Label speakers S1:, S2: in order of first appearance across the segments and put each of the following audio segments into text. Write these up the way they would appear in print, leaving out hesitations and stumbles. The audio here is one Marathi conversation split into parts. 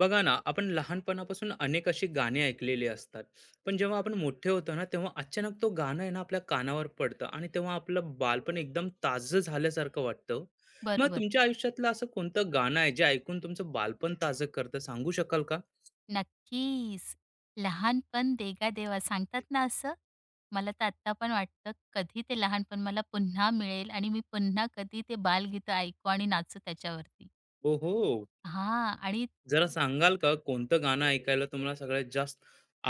S1: बघा ना, आपण लहानपणापासून अनेक अशी गाणी ऐकलेली असतात. पण जेव्हा आपण मोठे होतो ना, तेव्हा अचानक तो गाणं आहे ना आपल्या कानावर पडतं आणि तेव्हा आपलं बालपण एकदम ताजं झाल्यासारखं वाटतं. मग
S2: बरोबर.
S1: तुमच्या आयुष्यातलं असं कोणतं गाणं आहे जे ऐकून तुमचं बालपण ताजं करतं, सांगू शकाल का?
S2: नक्कीच. लहानपण देगा देवा सांगतात ना असं. मला तर आत्ता पण वाटतं कधी ते लहानपण मला पुन्हा मिळेल आणि मी पुन्हा कधी ते बालगीतं ऐकू आणि नाचू त्याच्यावरती.
S1: हो, हो.
S2: हां. आणि
S1: जरा सांगाल का कोणतं गाणं ऐकायला तुम्हाला सगळ्यात जास्त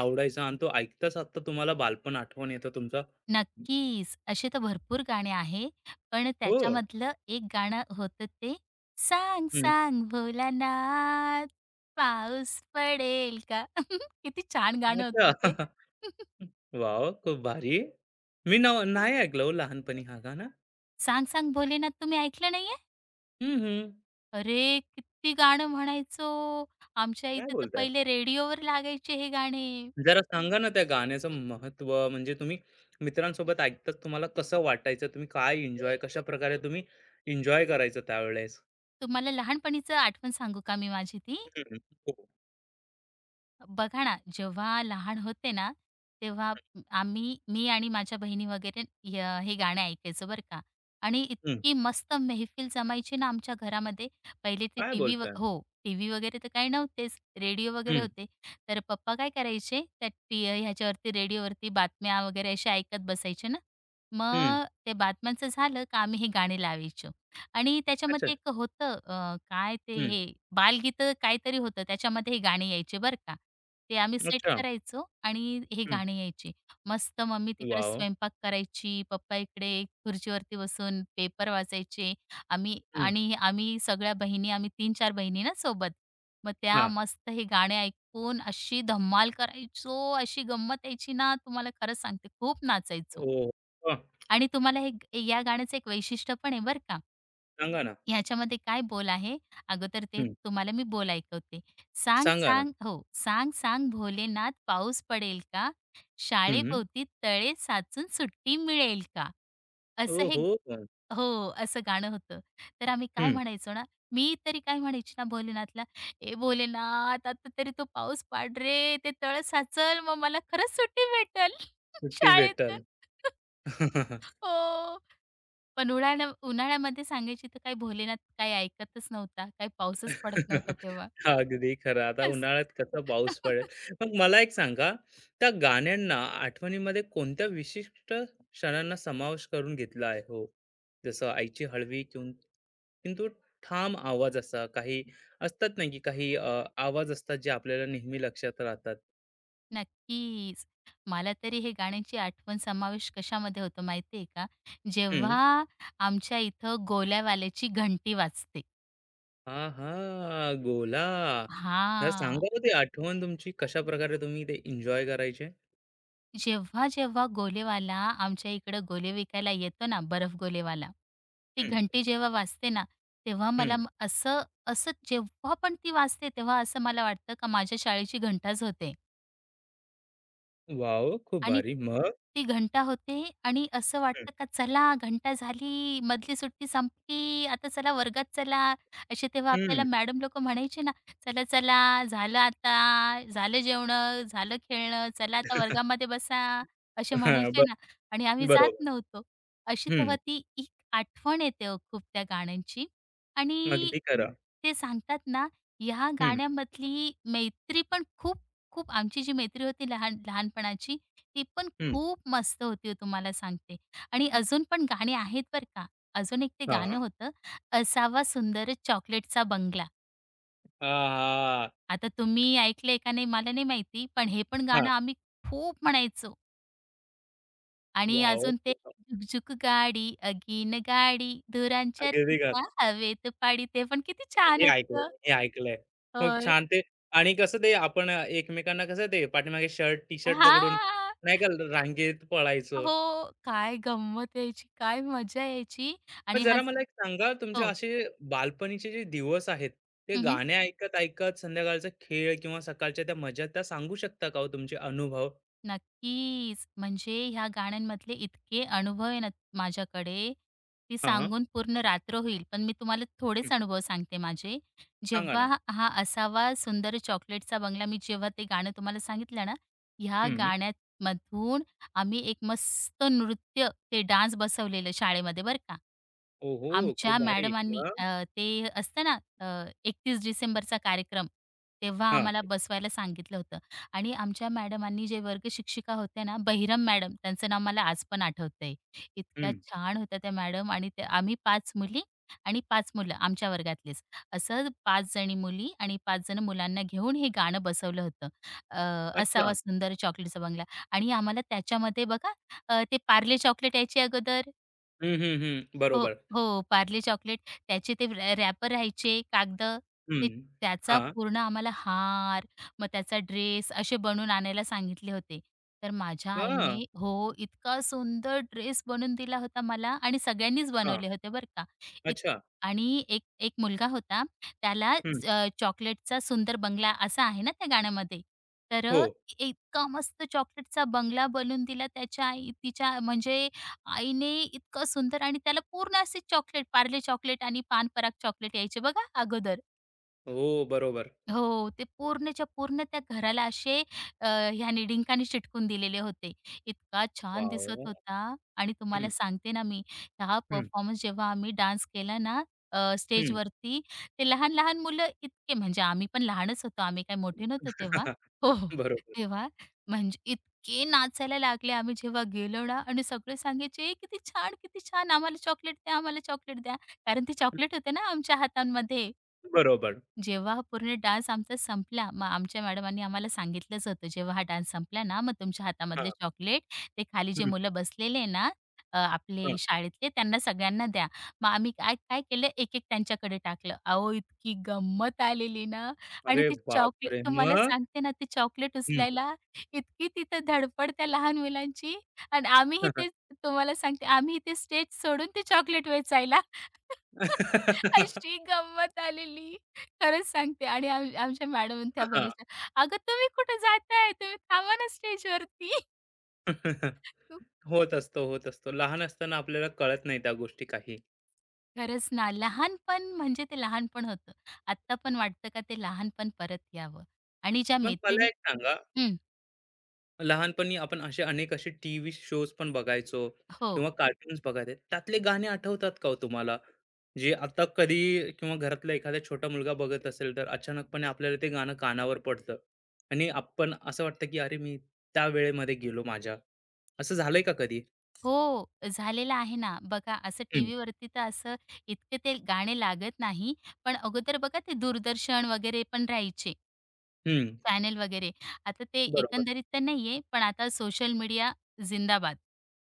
S1: आवडायचं आणि तो ऐकताच आता तुम्हाला बालपण आठवण येतं तुमचं?
S2: नक्कीच असे तर भरपूर गाणे आहे. पण
S1: हो.
S2: त्याच्यामधलं एक गाणं होतं ते "सांग
S1: हम्म,
S2: सांग भोलानाथ पाऊस पडेल का?" किती छान गाणं
S1: अच्छा.
S2: होतं ते.
S1: हं, वॉव! खूप भारी. मी नाही ऐकलं हो लहानपणी हा गाणं.
S2: "सांग सांग भोलेनाथ" तुम्ही ऐकलं नाहीये?
S1: हं, हं.
S2: अरे, किती गाणं म्हणायचो. आमच्या
S1: काय
S2: इथे तर
S1: बोलताय?
S2: पहिले रेडिओवर लागायचे हे गाणे.
S1: जरा सांगा ना त्या गाण्याचं महत्त्व, म्हणजे तुम्ही मित्रांसोबत ऐकताच तुम्हाला कसं वाटायचं? तुम्ही काय एन्जॉय, कशाप्रकारे तुम्ही एन्जॉय करायचं त्यावेळेस?
S2: तुम्हाला लहानपणीचं आठवण सांगू का मी माझी ती?
S1: हं, हो.
S2: बघा ना, जेव्हा लहान होते ना, तेव्हा आम्ही मी आणि माझ्या बहिणी वगैरे हे हे गाणं ऐकायचो बरं का आणि
S1: हं.
S2: इतकी मस्त मेहफिल जमायची ना आमच्या घरामध्ये. पहिले ते
S1: काय
S2: टीव्ही
S1: बोलताय?
S2: हो, टीव्ही वगैरे तर काही नव्हतेच, रेडिओ वगैरे
S1: हं,
S2: होते. तर पप्पा काय करायचे, त्या ह्याच्यावरती रेडिओवरती बातम्या वगैरे अशा ऐकत बसायचे ना.
S1: हं.
S2: मग ते बातम्यांचं झालं का आम्ही हे गाणे लावायचो. आणि
S1: अच्छा.
S2: त्याच्यामध्ये एक होतं काय ते
S1: हं.
S2: हे बालगीतं काहीतरी होतं त्याच्यामध्ये हे गाणी यायचे बरं का. ते आम्ही सेट
S1: अच्छा.
S2: करायचो आणि हे
S1: हं.
S2: गाणी यायचे. मस्त मम्मी तिकडे
S1: वॉव!
S2: स्वयंपाक करायची, पप्पा इकडे खुर्चीवरती बसून पेपर वाचायचे. आम्ही
S1: हं.
S2: आणि आम्ही सगळ्या बहिणी आम्ही 3-4 बहिणी ना सोबत. मग त्या
S1: हां.
S2: मस्त हे गाणे ऐकून अशी धमाल करायचो, अशी गंमत यायची ना तुम्हाला खरंच सांगते खूप नाचायचो.
S1: ओह! वाह!
S2: आणि तुम्हाला हे या गाण्याचं एक वैशिष्ट्य पण आहे बरं का.
S1: सांगा ना.
S2: ह्याच्यामध्ये काय बोल आहे? अगोदर ते
S1: हं.
S2: तुम्हाला मी बोल ऐकवते. "सांग,
S1: सांगा ना.
S2: सांग" हो. "सांग, सांग भोलेनाथ पाऊस पडेल का?
S1: हं.
S2: शाळेभोवती तळे साचून सुट्टी मिळेल का?" असं हे
S1: ओहो!
S2: हो, असं गाणं होतं. तर आम्ही काय
S1: हं.
S2: म्हणायचो ना, मी तरी काय म्हणायची ना भोलेनाथला, "ए भोलेनाथ, आता तरी तो पाऊस पाड रे. ते तळं साचल, मग मला खरंच सुट्टी भेटेल
S1: सुट्टी
S2: शाळेतून."
S1: भेटेल.
S2: हो. पण उन्हाळ्यामध्ये सांगायची तर काही भोलेनाथ काही ऐकतच नव्हता. काही पाऊसच पडत नव्हता तेव्हा.
S1: अगदी खरं. आता
S2: असं.
S1: उन्हाळ्यात कसा पाऊस पडेल. मग मला एक सांगा, त्या गाण्यांना आठवणीमध्ये कोणत्या विशिष्ट क्षणांना समावेश करून घेतला आहे हो? जसं आईची हळवी किंतु ठाम आवाज असा, काही असतात ना, की काही आवाज असतात जे आपल्याला नेहमी लक्षात राहतात.
S2: नक्कीच. मला तरी हे गाण्यांची आठवण समावेश कशामध्ये होतो माहिती आहे का?
S1: हं.
S2: जेव्हा आमच्या इथं गोल्यावाल्याची घंटी वाजते.
S1: आहा! गोला. जरा
S2: हां.
S1: सांगा हो, ती आठवण तुमची, कशाप्रकारे तुम्ही ते एन्जॉय करायचे?
S2: जेव्हा जेव्हा गोलेवाला आमच्या इकडं गोले विकायला येतो ना बर्फ गोलेवाला, ती
S1: हं,
S2: घंटी जेव्हा वाजते ना, तेव्हा
S1: हं.
S2: मला असं असं जेव्हा पण ती वाजते तेव्हा असं मला वाटतं का माझ्या शाळेची घंटाच होते.
S1: वॉव! खूप
S2: आणि
S1: भारी. मग?
S2: ती घंटा होते आणि असं वाटतं का चला घंटा झाली, मधली सुट्टी संपली, आता चला वर्गात चला. असे तेव्हा
S1: हं,
S2: आपल्याला
S1: हं.
S2: मॅडम लोकं म्हणायचे ना, "चला, चला, झालं आता, झालं जेवण, झालं खेळणं, चला आता वर्गामध्ये बसा." असे
S1: हां,
S2: म्हणायचे ना आणि आम्ही जात
S1: बरोबर.
S2: नव्हतो. अशी
S1: हं,
S2: तेव्हा ती एक आठवण येते हो खूप त्या गाण्यांची आणि
S1: अगदी खरं.
S2: ते सांगतात ना, ह्या
S1: हं,
S2: गाण्यामधली मैत्री पण खूप खूप आमची जी मैत्री होती लहानपणाची ती पण
S1: हं.
S2: खूप मस्त होती हो तुम्हाला सांगते. आणि अजून पण गाणी आहेत बरं का. अजून एक ते गाणं
S1: हां.
S2: होतं, असावा सुंदर चॉकलेटचा बंगला.
S1: हां, हां,
S2: आता तुम्ही ऐकलंय का नाही मला नाही माहिती, पण हे पण
S1: हां.
S2: गाणं आम्ही खूप म्हणायचो. आणि
S1: वॉव!
S2: अजून ते
S1: खूप
S2: झुक-झुक गाडी, अगीन गाडी, धुरांच्या
S1: अगदी खरं.
S2: रेषा हवेत पाडी. ते पण किती छान
S1: हे ऐकलंय
S2: होतं.
S1: मी, हे ऐकलंय. खूप
S2: होय.
S1: छान ते. आणि कसं ते आपण एकमेकांना कसं ते पाठीमागे शर्ट, टी-शर्ट पकडून,
S2: हां.
S1: नाही का, रांगेत पळायचो.
S2: हो. काय गंमत यायची, काय मजा यायची
S1: मग
S2: आणि हा
S1: जरा
S2: जो
S1: मला एक सांगा, तुमचे
S2: हो.
S1: असे बालपणीचे जे दिवस आहेत, ते गाणे ऐकत-ऐकत संध्याकाळचा खेळ किंवा सकाळच्या त्या मजा, त्या सांगू शकता का हो तुमचे अनुभव?
S2: नक्कीच. म्हणजे ह्या गाण्यांमधले इतके अनुभव आहे ना माझ्याकडे, ती
S1: हां.
S2: सांगून पूर्ण रात्र होईल. पण मी तुम्हाला
S1: हं,
S2: थोडेच अनुभव सांगते माझे.
S1: सांगा
S2: जेव्हा
S1: ना.
S2: हा हा असावा सुंदर चॉकलेटचा बंगला, मी जेव्हा ते गाणं तुम्हाला सांगितलं ना, ह्या
S1: हं.
S2: गाण्यामधून आम्ही एक मस्त नृत्य, ते डान्स बसवलेलं शाळेमध्ये बरं का.
S1: ओहो! खूप
S2: आमच्या
S1: भारी.
S2: मॅडमांनी
S1: मग?
S2: ते असतं ना 31 डिसेंबरचा कार्यक्रम, तेव्हा
S1: हां,
S2: आम्हाला बसवायला सांगितलं होतं. आणि आमच्या मॅडमांनी जे वर्ग शिक्षिका होत्या ना, बहिरम मॅडम त्यांचं नाव मला आज पण आठवतंय. इतक्या
S1: हं.
S2: छान होत्या त्या मॅडम आणि त्या आम्ही 5 मुली आणि 5 मुलं आमच्या वर्गातलेच. असं 5 जणी मुली आणि 5 जण मुलांना घेऊन हे गाणं बसवलं होतं. अ,
S1: अच्छा.
S2: असावा सुंदर चॉकलेटचा बंगला आणि आम्हाला त्याच्यामध्ये बघा ते पार्ले चॉकलेट यायचे अगोदर
S1: हं, हं, हं.
S2: हो,
S1: बरोबर.
S2: हो. पार्ले चॉकलेट त्याचे ते रॅपर राहायचे कागदं, ते
S1: हं.
S2: त्याचा
S1: हां.
S2: पूर्ण आम्हाला हार, मग त्याचा ड्रेस असे बनवून आणायला सांगितले होते. तर माझ्या
S1: हां.
S2: आईने हो, इतका सुंदर ड्रेस बनवून दिला होता मला आणि सगळ्यांनीच
S1: हां.
S2: बनवले होते बरं का. इत
S1: अच्छा.
S2: आणि एक एक मुलगा होता त्याला
S1: हं.
S2: चॉकलेटचा सुंदर बंगला असा आहे ना त्या गाण्यामध्ये. तर
S1: हो.
S2: इतका मस्त चॉकलेटचा बंगला बनवून दिला त्याच्या आई तिच्या म्हणजे आईने इतकं सुंदर आणि त्याला पूर्ण असे चॉकलेट, पार्ले चॉकलेट आणि पान पराग चॉकलेट यायचे बघा अगोदर.
S1: हो, बरोबर.
S2: हो, ते पूर्णच्या पूर्ण त्या घराला असे अ, ह्याने डिंकाने चिटकून दिलेले होते. इतका छान दिसत
S1: वॉव!
S2: होता आणि
S1: हं,
S2: तुम्हाला सांगते ना मी, हा
S1: हं,
S2: परफॉर्मन्स जेव्हा आम्ही डान्स केला ना
S1: हं.
S2: स्टेजवरती, ते लहान-लहान मुलं इतके म्हणजे आम्ही पण लहानच होतो, आम्ही काही मोठे नव्हतो तेव्हा. हो, हो.
S1: बरोबर,
S2: तेव्हा म्हणजे इतके नाचायला लागले आम्ही जेव्हा गेलो ना आणि सगळे सांगायचे, "ए, "किती छान, किती छान! आम्हाला चॉकलेट द्या, आम्हाला चॉकलेट द्या." कारण ते चॉकलेट होते ना आमच्या हातांमध्ये.
S1: बरोबर.
S2: जेव्हा हा पूर्ण डान्स आमचा संपला, मग आमच्या मॅडमांनी आम्हाला सांगितलंच होतं, "जेव्हा हा डान्स संपला ना, मग तुमच्या हातामधले
S1: हां.
S2: चॉकलेट ते खाली जे
S1: हं,
S2: मुलं बसलेले ना,
S1: हं.
S2: आपले शाळेतले त्यांना सगळ्यांना द्या." मग आम्ही काय काय केलं, एक-एक त्यांच्याकडे टाकलं. अहो, इतकी गंमत आलेली ना आणि
S1: अरे
S2: ते चॉकलेट
S1: बापरे!
S2: तुम्हाला
S1: मग?
S2: सांगते ना, ते चॉकलेट
S1: हं.
S2: उचलायला इतकी तिथं धडपड त्या लहान मुलांची आणि आम्हीही
S1: हां.
S2: ते तुम्हाला सांगते, आम्हीही ते स्टेज सोडून ते चॉकलेट वेचायला. अशी गंमत आलेली. खरंच सांगते आणि आमच्या मॅडम त्या बोलायच्या, "अगं तुम्ही कुठे जाताय? तुम्ही थांबा ना स्टेजवरती."
S1: होत असतो, होत असतो. लहान असताना आपल्याला कळत नाही त्या गोष्टी काही.
S2: खरंच ना, लहानपण म्हणजे ते लहानपण होतं. आत्ता पण
S1: हं.
S2: वाटतं का ते लहानपण परत यावं आणि ज्या
S1: मग मला
S2: मैत्रिणी
S1: एक सांगा,
S2: हं,
S1: लहानपणी आपण असे अनेक असे टीव्ही शोज पण बघायचो
S2: हो,
S1: किंवा कार्टून्स बघायचे. त्यातले गाणे आठवतात का हो तुम्हाला? जे आता कधी किंवा घरातला एखादा छोटा मुलगा बघत असेल, तर अचानकपणे आपल्याला ते गाणं कानावर पडतं आणि आपण असं वाटतं की अरे मी त्या वेळेमध्ये गेलो माझ्या. असं झालंय का कधी?
S2: हो, झालेलं आहे ना. बघा असं
S1: हं,
S2: टीव्हीवरती तर असं इतके ते गाणे लागत नाही, पण अगोदर बघा ते दूरदर्शन वगैरे पण राहायचे.
S1: हं.
S2: चॅनेल वगैरे. आता ते
S1: बरोबर.
S2: एकंदरीत तर नाहीये, पण आता सोशल मीडिया जिंदाबाद.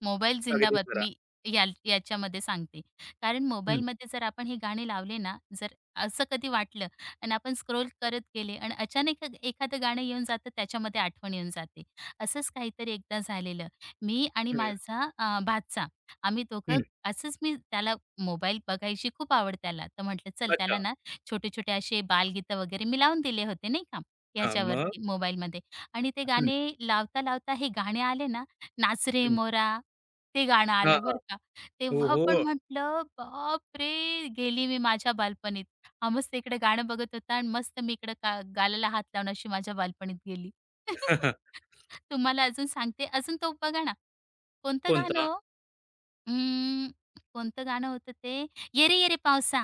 S2: मोबाईल
S1: अगदी
S2: जिंदाबाद
S1: खरा.
S2: मी याच्यामध्ये सांगते. कारण
S1: हं,
S2: मोबाईलमध्ये जर आपण हे गाणे लावले ना, जर असं कधी वाटलं आणि आपण स्क्रोल करत गेले आणि अचानक एखादं गाणं येऊन जातं, त्याच्यामध्ये आठवण येऊन जाते. असंच काहीतरी एकदा झालेलं. मी आणि
S1: हं,
S2: माझा भाचा आम्ही दोघं
S1: हं.
S2: असंच मी त्याला मोबाईल बघायची खूप आवड त्याला. तर म्हटलं चल
S1: अच्छा.
S2: त्याला ना, छोटे-छोटे असे बालगीतं वगैरे मी लावून दिले होते नाही का.
S1: हां, मग?
S2: ह्याच्यावरती मोबाईलमध्ये आणि ते
S1: हं,
S2: गाणे लावता, लावता हे गाणे आले ना, नाच रे
S1: हं.
S2: मोरा, ते गाणं
S1: हां,
S2: आलं
S1: हां.
S2: बरं का.
S1: हो,
S2: तेव्हा
S1: हो.
S2: पण म्हटलं, "बापरे! गेली मी माझ्या बालपणीत." हा मस्त इकडे गाणं बघत होता आणि मस्त मी इकडे का गालाला हात लावून अशी माझ्या बालपणीत गेली. तुम्हाला अजून सांगते, अजून तो बघा ना, कोणतं गाणं
S1: कोणता?
S2: हो? अं, कोणतं गाणं होतं ते? "ये रे, ये रे पावसा,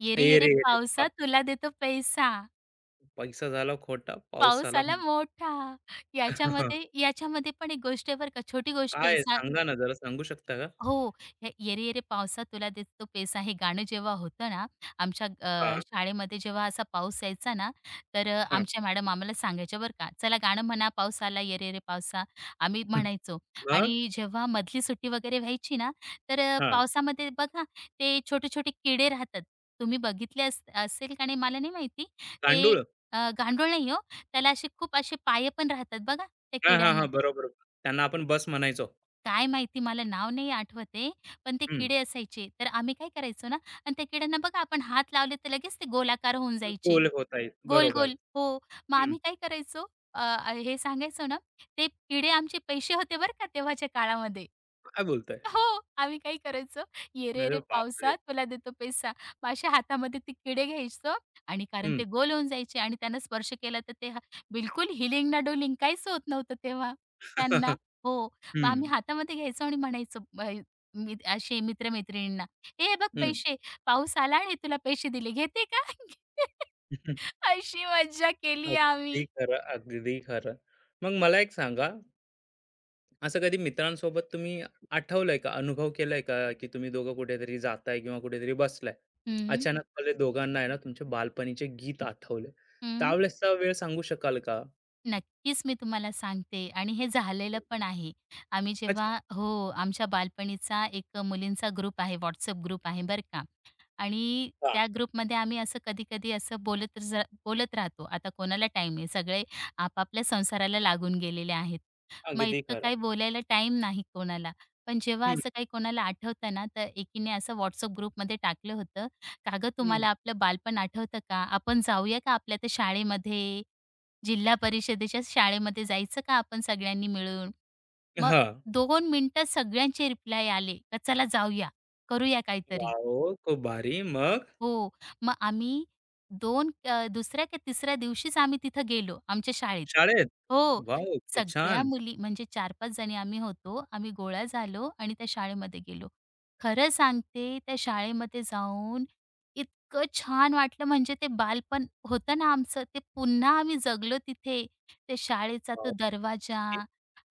S2: ये रे,
S1: "ए
S2: ये रे
S1: रे, ए रे
S2: पावसा तुला देतो पैसा."
S1: पैसा झाला खोटा, पाऊस
S2: पाऊस
S1: आला".
S2: आला मोठा. याच्यामध्ये याच्यामध्ये पण एक गोष्ट आहे बरं का, छोटी गोष्ट
S1: काय
S2: आहे.
S1: आहे? सांगा ना, जरा सांगू शकता का?
S2: हो. हे "येरे येरे पावसा तुला देतो पेसा" हे गाणं जेव्हा होतं ना, आमच्या
S1: हां,
S2: शाळेमध्ये जेव्हा असा पाऊस यायचा ना, तर
S1: हां.
S2: आमच्या मॅडम आम्हाला सांगायच्या बरं का, "चला गाणं म्हणा, पाऊस आला येरे येरे पावसा." आम्ही म्हणायचो
S1: मग?
S2: आणि जेव्हा मधली सुट्टी वगैरे व्हायची ना, तर
S1: हां.
S2: पावसामध्ये बघा ते छोटे-छोटे किडे राहतात. तुम्ही बघितले असेल का नाही मला नाही माहिती. ते
S1: गांडूळ?
S2: गांडूळ नाही हो, त्याला असे खूप असे पाय पण राहतात बघा त्या
S1: हां, हां,
S2: किड्यांना.
S1: हां. बरोबर. त्यांना आपण बस म्हणायचो.
S2: काय माहिती मला नाव नाही आठवत आहे, पण ते
S1: हं.
S2: किडे असायचे. तर आम्ही काय करायचो ना आणि त्या किड्यांना बघा आपण हात लावले तर लगेच ते गोलाकार होऊन जायचे.
S1: कोल होता येईल. बरोबर.
S2: गोल-गोल हो. मग
S1: हं.
S2: आम्ही काय करायचो अ, हे सांगायचो ना, ते किडे आमचे पैसे होते बरं का तेव्हाच्या काळामध्ये.
S1: काय बोलताय?
S2: हो, आम्ही काय करायचो, "ये रे
S1: अरे
S2: रे
S1: बापरे!
S2: पावसा, तुला देतो पैसा." मग अशा हातामध्ये ते किडे घ्यायचो आणि कारण
S1: हं.
S2: ते गोल होऊन जायचे आणि त्यांना स्पर्श केला तर ते बिलकुल हिलिंग ना डोलिंग काहीच होत नव्हतं तेव्हा त्यांना. हो, मग
S1: हं,
S2: आम्ही हातामध्ये घ्यायचो आणि म्हणायचो मी असे मित्र हे बघ
S1: हं.
S2: पैसे, पाऊस आला आणि तुला पैसे दिले, घेते का?" अशी मज्जा केली
S1: अगदी
S2: आम्ही.
S1: खरं, अगदी खरं. मग मला एक सांगा, असं कधी मित्रांसोबत तुम्ही आठवलंय का? अनुभव केलाय का, की तुम्ही दोघं कुठेतरी जाताय किंवा कुठेतरी बसलाय.
S2: हं,
S1: अचानक भले दोघांना आहे ना तुमचे बालपणीचे गीत आठवले.
S2: हं.
S1: त्यावेळेसचा वेळ सांगू शकाल का?
S2: नक्कीच मी तुम्हाला सांगते आणि हे झालेलं
S1: हं.
S2: पण आहे. आम्ही जेव्हा
S1: अच्छा.
S2: हो, आमच्या बालपणीचा एक मुलींचा ग्रुप आहे, WhatsApp ग्रुप आहे बरं का. आणि
S1: हां.
S2: त्या ग्रुपमध्ये आम्ही असं कधी-कधी असं बोलत राहतो. आता कोणाला टाईम आहे, सगळे आपापल्या संसाराला लागून गेलेले आहेत. मग
S1: अगदी
S2: इतकं
S1: खरं.
S2: काही बोलायला टाईम नाही कोणाला. पण जेव्हा
S1: हं.
S2: असं काही कोणाला आठवतं ना, तर एकीने असं WhatsApp ग्रुपमध्ये टाकलं होतं, "का गं
S1: हं.
S2: तुम्हाला आपलं बालपण आठवतं का? आपण जाऊया का आपल्या त्या शाळेमध्ये? जिल्हा परिषदेच्या शाळेमध्ये जायचं का आपण सगळ्यांनी मिळून?" मग
S1: हां.
S2: 2 मिनिटात सगळ्यांचे रिप्लाय आले, "का चला जाऊया, करूया काहीतरी."
S1: वॉव! हो, खूप भारी. मग?
S2: हो. मग आम्ही दुसऱ्या का तिसऱ्या दिवशीच आम्ही तिथं गेलो आमच्या शाळेत.
S1: शाळेत?
S2: हो.
S1: वॉव! खूप
S2: सगळ्या
S1: छान.
S2: मुली म्हणजे 4-5 जणी आम्ही होतो. आम्ही गोळा झालो आणि त्या शाळेमध्ये गेलो. खरं सांगते त्या शाळेमध्ये जाऊन इतकं छान वाटलं म्हणजे ते बालपण होतं ना आमचं ते पुन्हा आम्ही जगलो तिथे. त्या शाळेचा तो
S1: वॉव!
S2: दरवाजा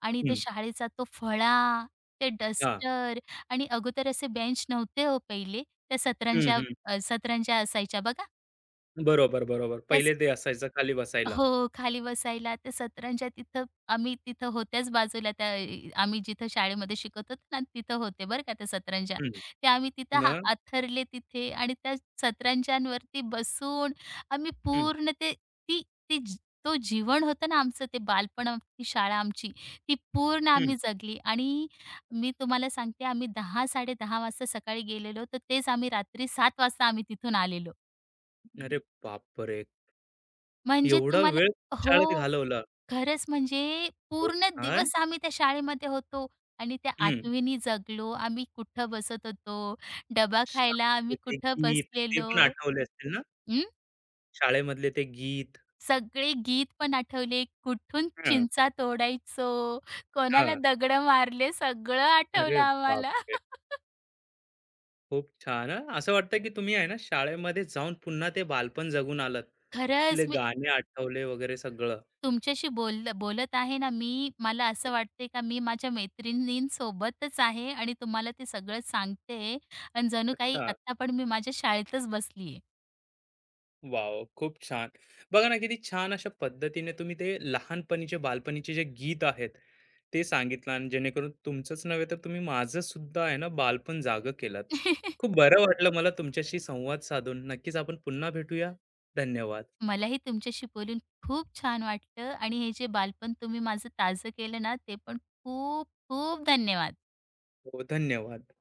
S2: आणि त्या
S1: हं.
S2: शाळेचा तो फळा, ते
S1: हां.
S2: डस्टर आणि अगोदर असे बेंच नव्हते हो पहिले. त्या
S1: हं,
S2: सतरंज्या
S1: हं.
S2: सतरंज्या असायच्या बघा.
S1: बरोबर, बरोबर.
S2: त्याच
S1: पहिले ते असायचं खाली बसायला.
S2: हो, खाली बसायला त्या सतरंज्या तिथं आम्ही तिथं होत्याच बाजूला त्या आम्ही जिथं शाळेमध्ये शिकत होतो ना, तिथं होते बरं का त्या सतरंज्या.
S1: हं.
S2: त्या आम्ही तिथं हा
S1: मग?
S2: आथरले तिथे आणि त्या सतरंज्यांवरती बसून आम्ही
S1: हं,
S2: पूर्ण ते ती ती जी- तो जीवन होतं ना आमचं ते बालपण, ती शाळा आमची, ती पूर्ण
S1: हं.
S2: आम्ही जगली आणि मी तुम्हाला सांगते आम्ही साड़े 10:30 वाजता सकाळी गेलेलो, तर तेच आम्ही रात्री 7:00 वाजता आम्ही तिथून आलेलो.
S1: अरे बापरे!
S2: म्हणजे
S1: एवढा
S2: तुम्हाला
S1: वेळ शाळेत
S2: हो,
S1: घालवला.
S2: खरंच म्हणजे
S1: खूप
S2: पूर्ण
S1: छान.
S2: दिवस आम्ही त्या शाळेमध्ये होतो आणि त्या
S1: हं.
S2: आठवणी जगलो. आम्ही कुठं बसत होतो, डबा खायला
S1: शाळेतले
S2: आम्ही
S1: ते
S2: कुठं
S1: गीत, ते
S2: बसलेलो.
S1: पण आठवले असतील ना?
S2: हं,
S1: शाळेमधले ते गीत.
S2: सगळे गीत पण आठवले. कुठून
S1: हां,
S2: चिंचा तोडायचो, कोणाला
S1: हां.
S2: दगड मारले, सगळं
S1: अरे
S2: आठवलं आम्हाला.
S1: बापरे! खूप छान हां. असं वाटतं की तुम्ही आहे ना शाळेमध्ये जाऊन पुन्हा ते बालपण जगून आलात.
S2: खरंच
S1: तिथले
S2: मी
S1: गाणे आठवले वगैरे सगळं.
S2: तुमच्याशी बोलत आहे ना मी, मला असं वाटते का मी माझ्या मैत्रिणींसोबतच आहे आणि तुम्हाला ते सगळं सांगते आणि जणू काही
S1: अच्छा.
S2: आत्ता पण मी माझ्या शाळेतच बसली आहे.
S1: वॉव! खूप छान. बघा ना, किती छान अशा पद्धतीने तुम्ही ते लहानपणीचे, बालपणीचे जे गीत आहेत, ते सांगितलं आणि जेणेकरून तुमचंच नव्हे तर तुम्ही माझं सुद्धा आहे ना, बालपण जागं केलात. खूप बरं वाटलं मला तुमच्याशी संवाद साधून. नक्कीच आपण पुन्हा भेटूया. धन्यवाद.
S2: मलाही तुमच्याशी बोलून खूप छान वाटलं आणि हे जे बालपण तुम्ही माझं ताजं केलं ना, ते पण खूप खूप धन्यवाद.
S1: हो, धन्यवाद.